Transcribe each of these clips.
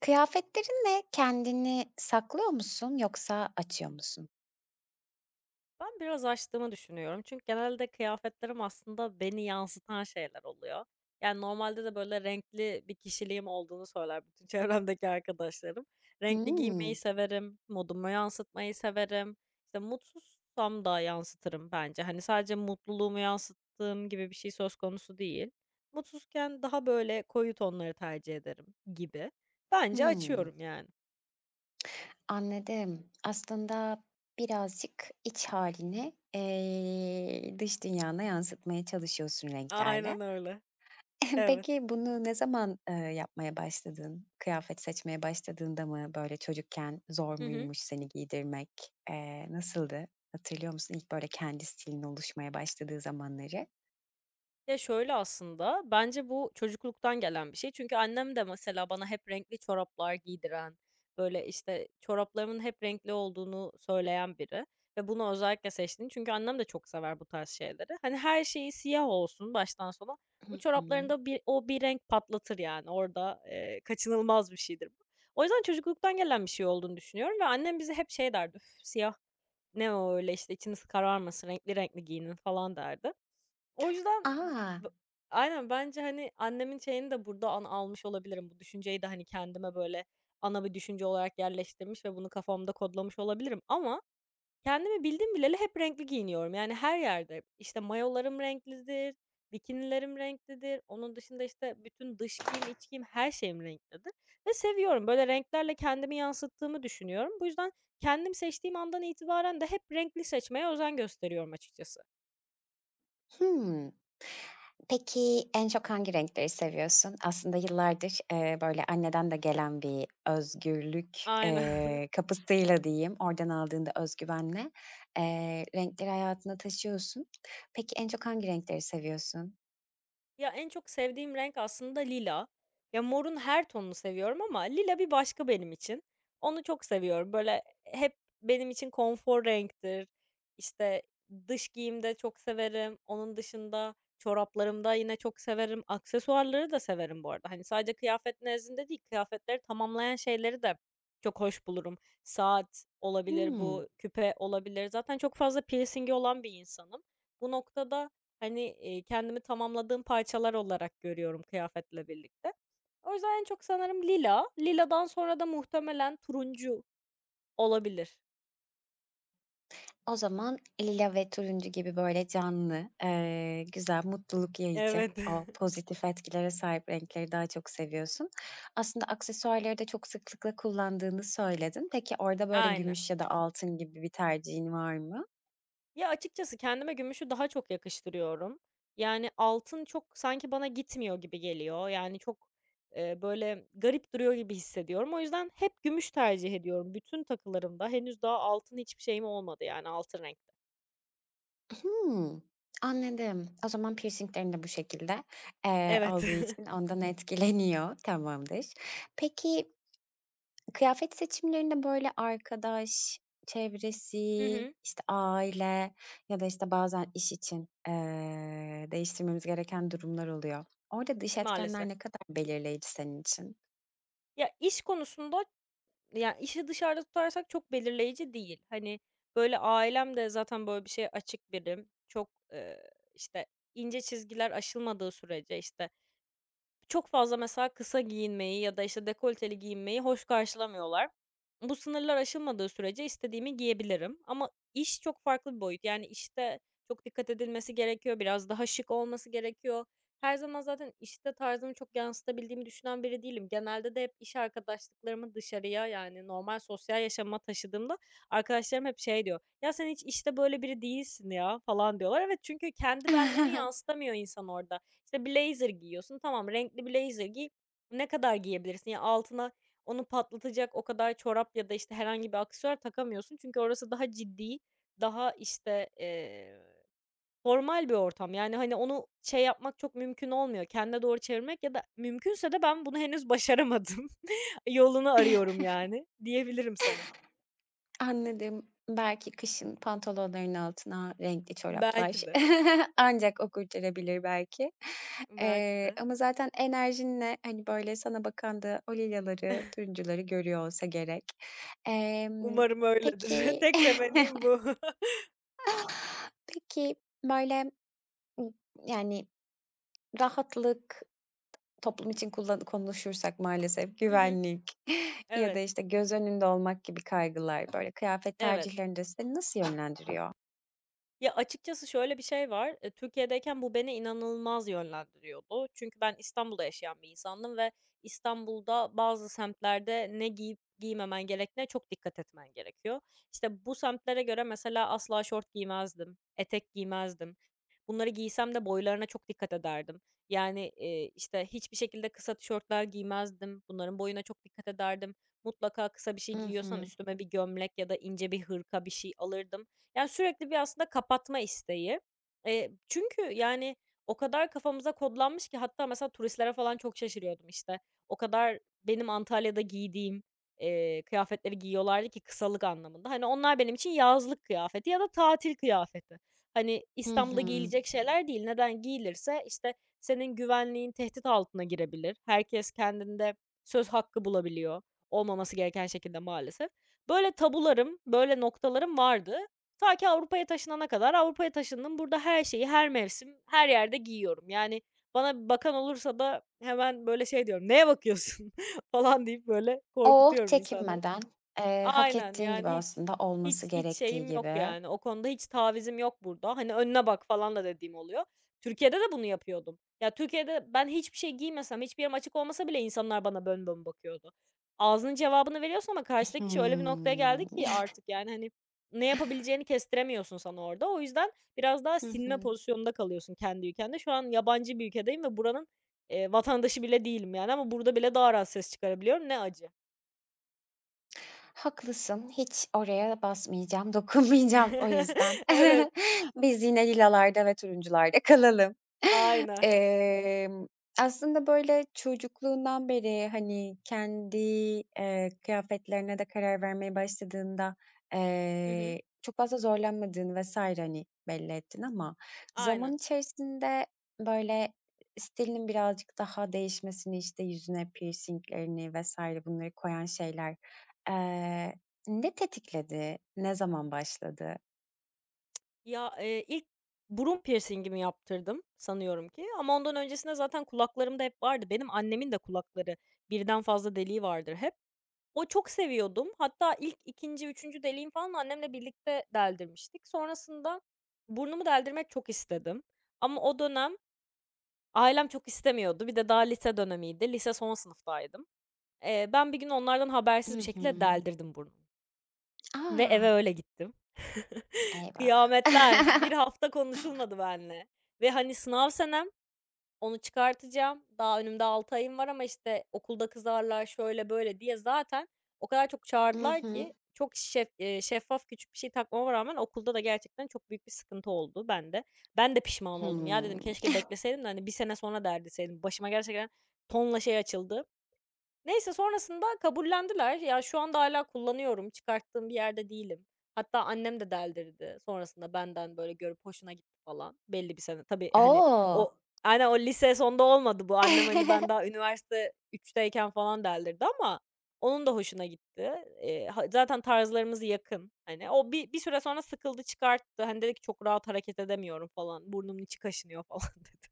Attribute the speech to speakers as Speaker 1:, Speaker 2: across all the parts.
Speaker 1: Kıyafetlerinle kendini saklıyor musun yoksa açıyor musun?
Speaker 2: Ben biraz açtığımı düşünüyorum. Çünkü genelde kıyafetlerim aslında beni yansıtan şeyler oluyor. Yani, normalde de, böyle, renkli bir kişiliğim olduğunu söyler bütün çevremdeki arkadaşlarım. Renkli giymeyi
Speaker 1: Hımm.
Speaker 2: severim, modumu yansıtmayı severim. İşte, mutsuzsam da yansıtırım bence. Hani, sadece mutluluğumu yansıttığım gibi bir şey söz konusu değil. Mutsuzken daha, böyle, koyu tonları tercih ederim gibi. Bence
Speaker 1: Hımm.
Speaker 2: açıyorum yani.
Speaker 1: Anladım. Aslında birazcık iç halini dış dünyana yansıtmaya çalışıyorsun renklerle.
Speaker 2: Aynen öyle. Evet.
Speaker 1: Peki bunu ne zaman, yapmaya başladın? Kıyafet seçmeye başladığında mı? Böyle çocukken zor
Speaker 2: Hı hı.
Speaker 1: muymuş seni giydirmek? Nasıldı? Hatırlıyor musun ilk böyle kendi stilin oluşmaya başladığı zamanları?
Speaker 2: Ya, şöyle aslında, bence bu çocukluktan gelen bir şey. Çünkü annem de mesela bana hep renkli çoraplar giydiren, böyle, işte, çoraplarımın hep renkli olduğunu söyleyen biri ve bunu özellikle seçtiğini. Çünkü annem de çok sever bu tarz şeyleri. Hani, her şeyi siyah olsun baştan sona,
Speaker 1: Hı
Speaker 2: o
Speaker 1: hı.
Speaker 2: çoraplarında bir o bir renk patlatır yani. Orada, kaçınılmaz bir şeydir bu. O yüzden çocukluktan gelen bir şey olduğunu düşünüyorum ve annem bize hep şey derdi, "Üf, siyah ne o öyle, işte, içiniz kararmasın, renkli renkli giyinin." falan derdi. O yüzden
Speaker 1: A!
Speaker 2: b aynen bence, hani, annemin şeyini de burada an almış olabilirim. Bu düşünceyi de, hani, kendime böyle ana bir düşünce olarak yerleştirmiş ve bunu kafamda kodlamış olabilirim ama kendimi bildim bileli hep renkli giyiniyorum. Yani, her yerde, işte, mayolarım renklidir, bikinilerim renklidir, onun dışında, işte, bütün dış giyim, iç giyim, her şeyim renklidir ve seviyorum. Böyle renklerle kendimi yansıttığımı düşünüyorum. Bu yüzden kendim seçtiğim andan itibaren de hep renkli seçmeye özen gösteriyorum açıkçası.
Speaker 1: Hımm. Peki, en çok hangi renkleri seviyorsun? Aslında yıllardır, böyle, anneden de gelen bir özgürlük,
Speaker 2: Aynen.
Speaker 1: kapısıyla diyeyim, oradan aldığında özgüvenle renkleri hayatına taşıyorsun. Peki, en çok hangi renkleri seviyorsun?
Speaker 2: Ya, en çok sevdiğim renk aslında lila. Ya, morun her tonunu seviyorum ama lila bir başka benim için. Onu çok seviyorum. Böyle hep benim için konfor renktir. İşte, dış giyimde çok severim. Onun dışında çoraplarımda yine çok severim. Aksesuarları da severim bu arada. Hani, sadece kıyafet nezdinde değil, kıyafetleri tamamlayan şeyleri de çok hoş bulurum. Saat olabilir
Speaker 1: Hımm.
Speaker 2: bu, küpe olabilir. Zaten çok fazla piercingi olan bir insanım. Bu noktada. Hani, kendimi tamamladığım parçalar olarak görüyorum kıyafetle birlikte. O yüzden en çok sanırım lila. Liladan sonra da muhtemelen turuncu olabilir.
Speaker 1: O zaman lila ve turuncu gibi böyle canlı, güzel, mutluluk yayıcı,
Speaker 2: Evet.
Speaker 1: o pozitif etkilere sahip renkleri daha çok seviyorsun. Aslında aksesuarları da çok sıklıkla kullandığını söyledin. Peki orada böyle
Speaker 2: Aynen.
Speaker 1: gümüş ya da altın gibi bir tercihin var mı?
Speaker 2: Ya, açıkçası kendime gümüşü daha çok yakıştırıyorum. Yani, altın çok sanki bana gitmiyor gibi geliyor. Yani, çok, böyle garip duruyor gibi hissediyorum. O yüzden hep gümüş tercih ediyorum. Bütün takılarımda henüz daha altın hiçbir şeyim olmadı yani altın renkte.
Speaker 1: Hımm, anladım. O zaman piercing'lerin de bu şekilde,
Speaker 2: Evet.
Speaker 1: olduğu için ondan etkileniyor. Tamamdır. Peki, kıyafet seçimlerinde, böyle, arkadaş çevresi,
Speaker 2: Hı hı.
Speaker 1: işte, aile ya da, işte, bazen iş için, değiştirmemiz gereken durumlar oluyor. Orada dış etkenler
Speaker 2: Maalesef.
Speaker 1: ne kadar belirleyici senin için?
Speaker 2: Ya, iş konusunda. Yani işi dışarıda tutarsak çok belirleyici değil. Hani, böyle, ailem de zaten böyle bir şeye açık birim. Çok, işte, ince çizgiler aşılmadığı sürece, işte, çok fazla mesela kısa giyinmeyi ya da, işte, dekolteli giyinmeyi hoş karşılamıyorlar. Bu sınırlar aşılmadığı sürece istediğimi giyebilirim ama iş çok farklı bir boyut. Yani, işte, çok dikkat edilmesi gerekiyor, biraz daha şık olması gerekiyor. Her zaman zaten işte tarzımı çok yansıtabildiğimi düşünen biri değilim. Genelde de hep iş arkadaşlıklarımı dışarıya, yani, normal sosyal yaşama taşıdığımda arkadaşlarım hep şey diyor, "Ya, sen hiç işte böyle biri değilsin ya." falan diyorlar. Evet, çünkü kendi benliğini yansıtamıyor insan orada. İşte blazer giyiyorsun. Tamam, renkli blazer giy. Ne kadar giyebilirsin? Ya, altına onu patlatacak o kadar çorap ya da, işte, herhangi bir aksesuar takamıyorsun. Çünkü orası daha ciddi, daha, işte, formal bir ortam. Yani, hani, onu şey yapmak çok mümkün olmuyor. Kendine doğru çevirmek ya da mümkünse de ben bunu henüz başaramadım. Yolunu arıyorum, yani, diyebilirim sana.
Speaker 1: Anladım. Belki kışın pantolonların altına renkli çoraplar
Speaker 2: Belki de,
Speaker 1: ancak o kurtarabilir belki.
Speaker 2: belki
Speaker 1: Eee,
Speaker 2: de.
Speaker 1: ama zaten enerjinle, hani, böyle, sana bakan da o lilaları, turuncuları görüyor olsa gerek. Emm,
Speaker 2: Umarım öyledir.
Speaker 1: peki
Speaker 2: Tek temennim bu.
Speaker 1: Peki, böyle, ımm, yani, rahatlık, toplum için kullan konuşursak maalesef
Speaker 2: Hı hı.
Speaker 1: güvenlik ya da,
Speaker 2: Evet,
Speaker 1: işte, göz önünde olmak gibi kaygılar, böyle, kıyafet
Speaker 2: evet.
Speaker 1: tercihlerinde seni nasıl yönlendiriyor?
Speaker 2: Ya, açıkçası şöyle bir şey var, Türkiye'deyken bu beni inanılmaz yönlendiriyordu. Çünkü ben İstanbul'da yaşayan bir insandım ve İstanbul'da bazı semtlerde ne giyip giymemen gerektiğine çok dikkat etmen gerekiyor. İşte, bu semtlere göre mesela asla şort giymezdim, etek giymezdim. Bunları giysem de boylarına çok dikkat ederdim. Yani, işte, hiçbir şekilde kısa tişörtler giymezdim. Bunların boyuna çok dikkat ederdim. Mutlaka kısa bir şey
Speaker 1: I
Speaker 2: giyiyorsam
Speaker 1: hı.
Speaker 2: üstüme bir gömlek ya da ince bir hırka bir şey alırdım. Yani, sürekli bir aslında kapatma isteği. Çünkü, yani, o kadar kafamıza kodlanmış ki hatta mesela turistlere falan çok şaşırıyordum, işte. O kadar benim Antalya'da giydiğim, kıyafetleri giyiyorlardı ki kısalık anlamında. Hani, onlar benim için yazlık kıyafeti ya da tatil kıyafeti. Hani,
Speaker 1: Hı
Speaker 2: İstanbul'da
Speaker 1: hı.
Speaker 2: giyilecek şeyler değil. Neden? Giyilirse, işte, senin güvenliğin tehdit altına girebilir. Herkes kendinde söz hakkı bulabiliyor, olmaması gereken şekilde maalesef. Böyle tabularım, böyle noktalarım vardı ta ki Avrupa'ya taşınana kadar. Avrupa'ya taşındım. Burada her şeyi, her mevsim, her yerde giyiyorum. Yani bana bakan olursa da hemen böyle şey diyorum, "Neye bakıyorsun?" falan deyip böyle
Speaker 1: O
Speaker 2: korkutuyorum insanları.
Speaker 1: çekinmeden, hak
Speaker 2: Aynen,
Speaker 1: ettiğin gibi
Speaker 2: yani hiç
Speaker 1: aslında olması
Speaker 2: hiç hiç
Speaker 1: gerektiği
Speaker 2: şeyim yok
Speaker 1: gibi.
Speaker 2: yani, o konuda hiç tavizim yok burada. Hani, "Önüne bak." falan da dediğim oluyor. Türkiye'de de bunu yapıyordum. Ya, Türkiye'de ben hiçbir şey giymesem, hiçbir yerim açık olmasa bile insanlar bana bön bön bakıyordu. Ağzının cevabını veriyorsun ama karşıdaki kişi öyle bir noktaya geldi
Speaker 1: Hımm.
Speaker 2: ki artık, yani, hani, ne yapabileceğini kestiremiyorsun sana orada. O yüzden biraz daha
Speaker 1: Hı
Speaker 2: sinme
Speaker 1: hı.
Speaker 2: pozisyonunda kalıyorsun kendi ülkende. Şu an yabancı bir ülkedeyim ve buranın, vatandaşı bile değilim yani ama burada bile daha rahat ses çıkarabiliyorum. Ne acı.
Speaker 1: Haklısın, hiç oraya basmayacağım, dokunmayacağım o yüzden.
Speaker 2: Evet.
Speaker 1: Biz yine lilalarda ve turuncularda kalalım.
Speaker 2: Aynen.
Speaker 1: Emm, aslında, böyle, çocukluğundan beri, hani, kendi, kıyafetlerine de karar vermeye başladığında,
Speaker 2: Hı hı.
Speaker 1: çok fazla zorlanmadığını vesaire hani, belli ettin ama zaman
Speaker 2: Aynen.
Speaker 1: içerisinde, böyle, stilinin birazcık daha değişmesini, işte, yüzüne piercing'lerini vesaire bunları koyan şeyler... Eee, ne tetikledi? Ne zaman başladı?
Speaker 2: Ya, ilk burun piercing'imi yaptırdım sanıyorum ki ama ondan öncesinde zaten kulaklarımda hep vardı. Benim annemin de kulakları birden fazla deliği vardır hep. O çok seviyordum. Hatta ilk ikinci üçüncü deliğim falan annemle birlikte deldirmiştik. Sonrasında burnumu deldirmek çok istedim ama o dönem ailem çok istemiyordu. Bir de daha lise dönemiydi. Lise son sınıftaydım. Ben bir gün onlardan
Speaker 1: I
Speaker 2: habersiz bir
Speaker 1: hı.
Speaker 2: şekilde deldirdim burnumu ve
Speaker 1: A!
Speaker 2: eve öyle gittim.
Speaker 1: Eyvah!
Speaker 2: Kıyametler. Bir hafta konuşulmadı benle ve, hani, sınav senem, onu çıkartacağım. Daha önümde 6 ayım var ama, işte, okulda kızarlar, şöyle böyle diye zaten o kadar çok
Speaker 1: I
Speaker 2: çağırdılar
Speaker 1: hı.
Speaker 2: ki çok şeffaf küçük bir şey takmama rağmen okulda da gerçekten çok büyük bir sıkıntı oldu bende. Ben de pişman oldum. Ya, dedim,
Speaker 1: Hımm.
Speaker 2: keşke bekleseydim de, hani, bir sene sonra derdeseydim. Başıma gerçekten tonla şey açıldı. Neyse sonrasında kabullendiler. Ya, şu anda hala kullanıyorum, çıkarttığım bir yerde değilim. Hatta annem de deldirdi sonrasında benden, böyle, görüp hoşuna gitti falan belli bir sene. Tabii, hani,
Speaker 1: O!
Speaker 2: o aynen o lise sonda olmadı bu. Annem, hani, ben daha üniversite üçteyken falan deldirdi ama onun da hoşuna gitti. Ha zaten tarzlarımız yakın. Hani, o bir süre sonra sıkıldı, çıkarttı. Hani, dedi ki, "Çok rahat hareket edemiyorum falan, burnumun içi kaşınıyor." falan dedi.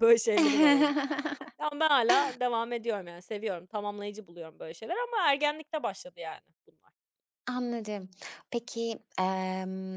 Speaker 2: Böyle şeyleri var onun. Ya, ben hala devam ediyorum, yani, seviyorum, tamamlayıcı buluyorum böyle şeyler ama ergenlikte başladı, yani, bunlar.
Speaker 1: Anladım. Peki,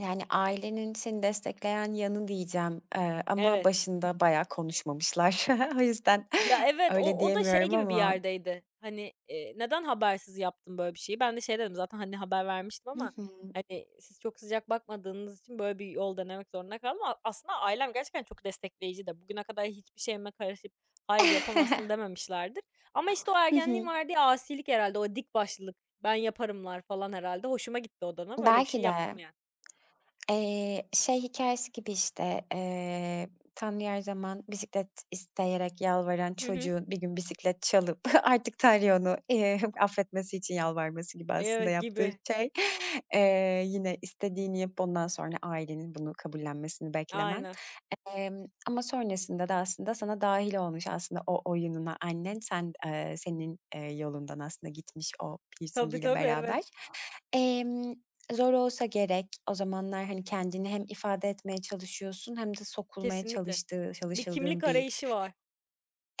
Speaker 1: yani, ailenin seni destekleyen yanı diyeceğim, ama
Speaker 2: Evet.
Speaker 1: başında bayağı konuşmamışlar. O yüzden
Speaker 2: Ya, evet, o
Speaker 1: öyle
Speaker 2: o da şey
Speaker 1: diyemiyorum
Speaker 2: gibi bir
Speaker 1: ama.
Speaker 2: yerdeydi, hani, "Neden habersiz yaptım böyle bir şeyi?" Ben de şey dedim zaten, hani, haber vermiştim
Speaker 1: Hı
Speaker 2: ama,
Speaker 1: hı.
Speaker 2: hani, siz çok sıcak bakmadığınız için böyle bir yol denemek zorunda kaldım. Aslında ailem gerçekten çok destekleyici de. Bugüne kadar hiçbir şeyime karışıp "Hayır, yapamazsın." dememişlerdir ama, işte, o
Speaker 1: Hı
Speaker 2: ergenliğin
Speaker 1: hı.
Speaker 2: verdiği asilik herhalde o dik başlılık, "Ben yaparımlar." falan herhalde hoşuma gitti o dönem. Öyle bir
Speaker 1: Belki
Speaker 2: şey
Speaker 1: de.
Speaker 2: yaptım, yani.
Speaker 1: Şey hikayesi gibi, işte, Tanrı'ya her zaman bisiklet isteyerek yalvaran
Speaker 2: Hı hı.
Speaker 1: çocuğun bir gün bisiklet çalıp artık Tanrı'ya onu, affetmesi için yalvarması gibi aslında
Speaker 2: Evet,
Speaker 1: yaptığı
Speaker 2: gibi.
Speaker 1: şey. Yine istediğini yapıp ondan sonra ailenin bunu kabullenmesini beklemen.
Speaker 2: Aynen.
Speaker 1: Ama sonrasında da aslında sana dâhil olmuş aslında o oyununa annen. Sen, senin, yolundan aslında gitmiş o
Speaker 2: Tabii,
Speaker 1: piercingiyle
Speaker 2: tabii, evet.
Speaker 1: beraber. Emm, zor olsa gerek. O zamanlar, hani, kendini hem ifade etmeye çalışıyorsun hem de sokulmaya
Speaker 2: Kesinlikle. Bir
Speaker 1: çalışıldığın
Speaker 2: kimlik
Speaker 1: bir...
Speaker 2: arayışı var.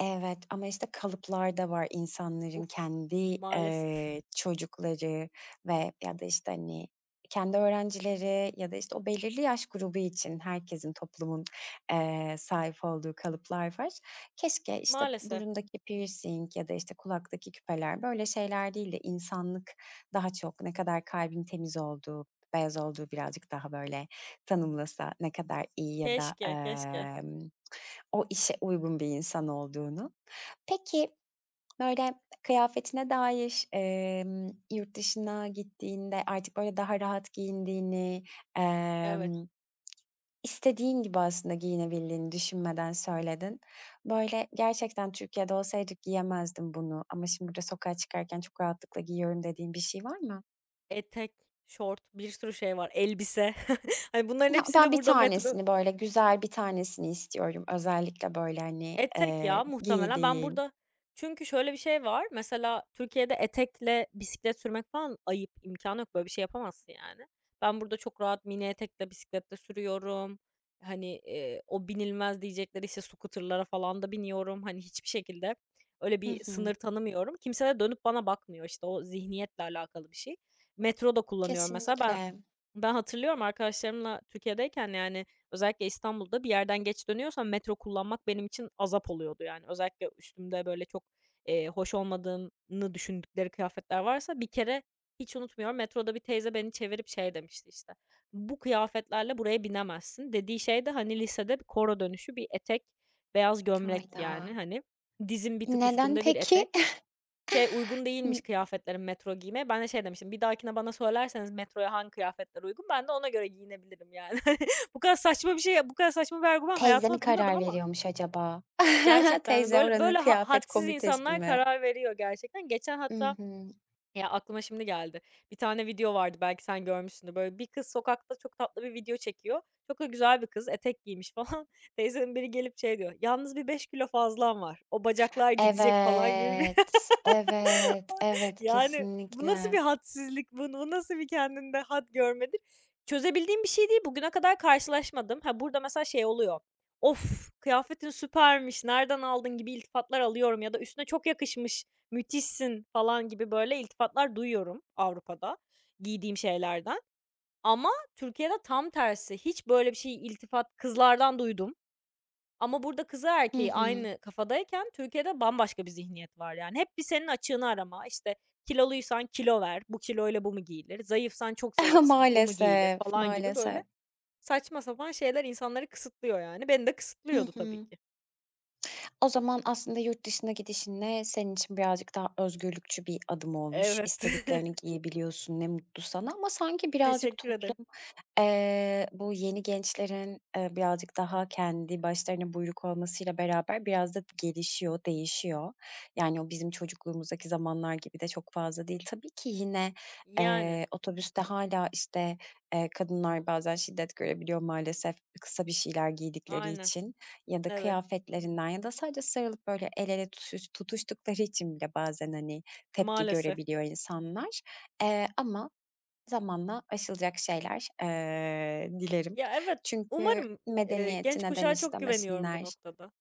Speaker 1: Evet, ama, işte, kalıplar da var insanların
Speaker 2: Uf,
Speaker 1: kendi,
Speaker 2: maalesef.
Speaker 1: çocukları ve ya da, işte, hani, kendi öğrencileri ya da, işte, o belirli yaş grubu için herkesin, toplumun, sahip olduğu kalıplar var. Keşke, işte,
Speaker 2: Maalesef.
Speaker 1: burundaki piercing ya da, işte, kulaktaki küpeler böyle şeyler değil de insanlık daha çok ne kadar kalbin temiz olduğu, beyaz olduğu birazcık daha böyle tanımlasa ne kadar iyi ya da,
Speaker 2: Keşke, keşke.
Speaker 1: o işe uygun bir insan olduğunu. Peki, böyle, kıyafetine dair, yurt dışına gittiğinde artık, böyle, daha rahat giyindiğini,
Speaker 2: Evet.
Speaker 1: emm, istediğin gibi aslında giyinebildiğini düşünmeden söyledin. Böyle, "Gerçekten Türkiye'de olsaydık giyemezdim bunu ama şimdi burada sokağa çıkarken çok rahatlıkla giyiyorum." dediğin bir şey var mı?
Speaker 2: Etek, şort, bir sürü şey var. Elbise. Hani bunların
Speaker 1: "Ya, ben
Speaker 2: hepsiyle
Speaker 1: bir
Speaker 2: burada metro.
Speaker 1: tanesini, böyle, güzel bir tanesini istiyorum." özellikle, böyle, hani,
Speaker 2: Etek ya muhtemelen. Ben
Speaker 1: giydiğin.
Speaker 2: burada çünkü şöyle bir şey var. Mesela Türkiye'de etekle bisiklet sürmek falan ayıp. İmkânı yok. Böyle bir şey yapamazsın yani. Ben burada çok rahat mini etekle bisiklette sürüyorum. Hani, o binilmez diyecekleri, işte, scooter'lara falan da biniyorum. Hani, hiçbir şekilde öyle
Speaker 1: Hı
Speaker 2: bir
Speaker 1: hı.
Speaker 2: sınır tanımıyorum. Kimse de dönüp bana bakmıyor. İşte, o zihniyetle alakalı bir şey. Metro da kullanıyorum mesela. Ben
Speaker 1: Kesinlikle.
Speaker 2: ben hatırlıyorum arkadaşlarımla Türkiye'deyken, yani, özellikle İstanbul'da bir yerden geç dönüyorsam metro kullanmak benim için azap oluyordu, yani. Özellikle üstümde böyle çok, hoş olmadığını düşündükleri kıyafetler varsa bir kere hiç unutmuyorum, metroda bir teyze beni çevirip şey demişti, işte, "Bu kıyafetlerle buraya binemezsin." Dediği şey de, hani, lisede bir koro dönüşü bir etek, beyaz gömlek,
Speaker 1: Hayda!
Speaker 2: yani, hani, dizin bir tık
Speaker 1: Neden
Speaker 2: üstünde bir etek.
Speaker 1: peki?
Speaker 2: Şey, uygun değilmiş
Speaker 1: N
Speaker 2: kıyafetlerim metro giymeye. Ben de şey demiştim, "Bir dahakine bana söylerseniz metroya hangi kıyafetler uygun, ben de ona göre giyinebilirim." yani. Hani, bu kadar saçma bir şey, bu kadar saçma bir argüman
Speaker 1: Teyze mi
Speaker 2: hayatımda duymadım
Speaker 1: karar
Speaker 2: ama
Speaker 1: veriyormuş acaba?
Speaker 2: gerçekten
Speaker 1: Teyze
Speaker 2: böyle
Speaker 1: oranın
Speaker 2: böyle
Speaker 1: kıyafet
Speaker 2: hadsiz
Speaker 1: komitesi
Speaker 2: insanlar
Speaker 1: mi?
Speaker 2: karar veriyor gerçekten. Geçen hatta
Speaker 1: I
Speaker 2: ya aklıma şimdi geldi. Bir tane video vardı, belki sen görmüşsündür. Böyle bir kız sokakta çok tatlı bir video çekiyor. Çok da güzel bir kız, etek giymiş falan. Teyzenin biri gelip şey diyor, "Yalnız bir 5 kilo fazlan var. O bacaklar gidecek." falan gibi.
Speaker 1: Evet, evet, evet,
Speaker 2: Yani, bu nasıl
Speaker 1: kesinlikle.
Speaker 2: bir hadsizlik, bu nasıl bir kendinde had görmedir? Çözebildiğim bir şey değil, bugüne kadar karşılaşmadım. Ha, burada mesela şey oluyor, "Of, kıyafetin süpermiş, nereden aldın?" gibi iltifatlar alıyorum ya da "Üstüne çok yakışmış, müthişsin." falan gibi böyle iltifatlar duyuyorum Avrupa'da giydiğim şeylerden. Ama Türkiye'de tam tersi, hiç böyle bir şey iltifat kızlardan duydum. Ama burada kızı
Speaker 1: Hı
Speaker 2: erkeği
Speaker 1: hı.
Speaker 2: aynı kafadayken Türkiye'de bambaşka bir zihniyet var yani. Hep bir senin açığını arama, işte, kiloluysan kilo ver, bu kiloyla bu mu giyilir? Zayıfsan çok zayıfsın, bu mu giyilir?
Speaker 1: Maalesef,
Speaker 2: Falan gibi
Speaker 1: maalesef.
Speaker 2: böyle saçma sapan şeyler insanları kısıtlıyor yani. Beni de
Speaker 1: Hı
Speaker 2: kısıtlıyordu tabii
Speaker 1: hı.
Speaker 2: ki.
Speaker 1: O zaman aslında yurt dışına gidişinle senin için birazcık daha özgürlükçü bir adım olmuş.
Speaker 2: Evet.
Speaker 1: İstediklerini giyebiliyorsun, ne mutlu sana ama sanki birazcık
Speaker 2: Teşekkür ederim.
Speaker 1: toplum, bu yeni gençlerin, birazcık daha kendi başlarına buyruk olmasıyla beraber biraz da gelişiyor, değişiyor. Yani o bizim çocukluğumuzdaki zamanlar gibi de çok fazla değil. Tabii ki yine,
Speaker 2: Yani.
Speaker 1: otobüste hala işte, kadınlar bazen şiddet görebiliyor maalesef kısa bir şeyler giydikleri
Speaker 2: Aynen.
Speaker 1: için. Ya da
Speaker 2: Evet.
Speaker 1: kıyafetlerinden ya da sadece sarılıp böyle el ele tutuştukları için bile bazen, hani, tepki
Speaker 2: Maalesef.
Speaker 1: görebiliyor insanlar. Ama zamanla aşılacak şeyler, dilerim.
Speaker 2: Ya, evet,
Speaker 1: Çünkü
Speaker 2: umarım,
Speaker 1: medeniyeti
Speaker 2: genç
Speaker 1: neden
Speaker 2: kuşağa çok güveniyorum bu
Speaker 1: istemesinler?
Speaker 2: noktada.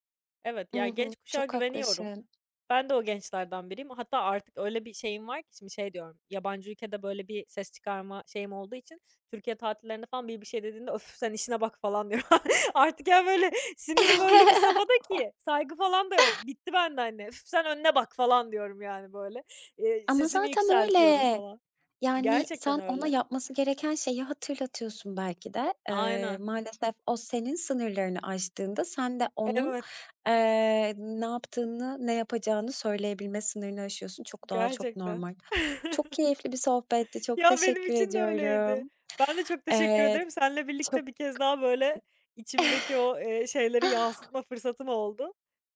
Speaker 2: Evet,
Speaker 1: I
Speaker 2: ya, genç kuşağa
Speaker 1: çok
Speaker 2: güveniyorum.
Speaker 1: haklısın.
Speaker 2: Ben de o gençlerden biriyim. Hatta artık öyle bir şeyim var ki şimdi şey diyorum. Yabancı ülkede böyle bir ses çıkarma şeyim olduğu için Türkiye tatillerinde falan bir şey dediğinde "Öf sen işine bak." falan diyorum. Artık ya böyle sinirim öyle bir safhada ki saygı falan da yok. Bitti bende anne. "Üf sen önüne bak." falan diyorum yani böyle. Eee,
Speaker 1: Ama
Speaker 2: sesimi
Speaker 1: zaten
Speaker 2: yükseltiyorum
Speaker 1: öyle.
Speaker 2: falan.
Speaker 1: Yani,
Speaker 2: Gerçekten
Speaker 1: sen ona
Speaker 2: öyle.
Speaker 1: yapması gereken şeyi hatırlatıyorsun belki de. Eee,
Speaker 2: Aynen.
Speaker 1: maalesef o senin sınırlarını aştığında sen de onun,
Speaker 2: Evet,
Speaker 1: ne yaptığını, ne yapacağını söyleyebilme sınırını aşıyorsun. Çok doğal, çok
Speaker 2: gerçekten.
Speaker 1: normal. Çok keyifli bir sohbetti. Çok
Speaker 2: Ya, benim
Speaker 1: teşekkür
Speaker 2: için de öyleydi.
Speaker 1: ediyorum.
Speaker 2: Ben de çok teşekkür
Speaker 1: Eee,
Speaker 2: ederim. Seninle
Speaker 1: çok
Speaker 2: birlikte bir kez daha, böyle, içimdeki o, şeyleri yansıtma fırsatım oldu.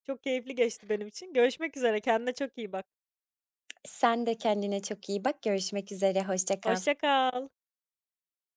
Speaker 2: Çok keyifli geçti benim için. Görüşmek üzere, kendine çok iyi bak.
Speaker 1: Sen de kendine çok iyi bak. Görüşmek üzere. Hoşça kal.
Speaker 2: Hoşça kal.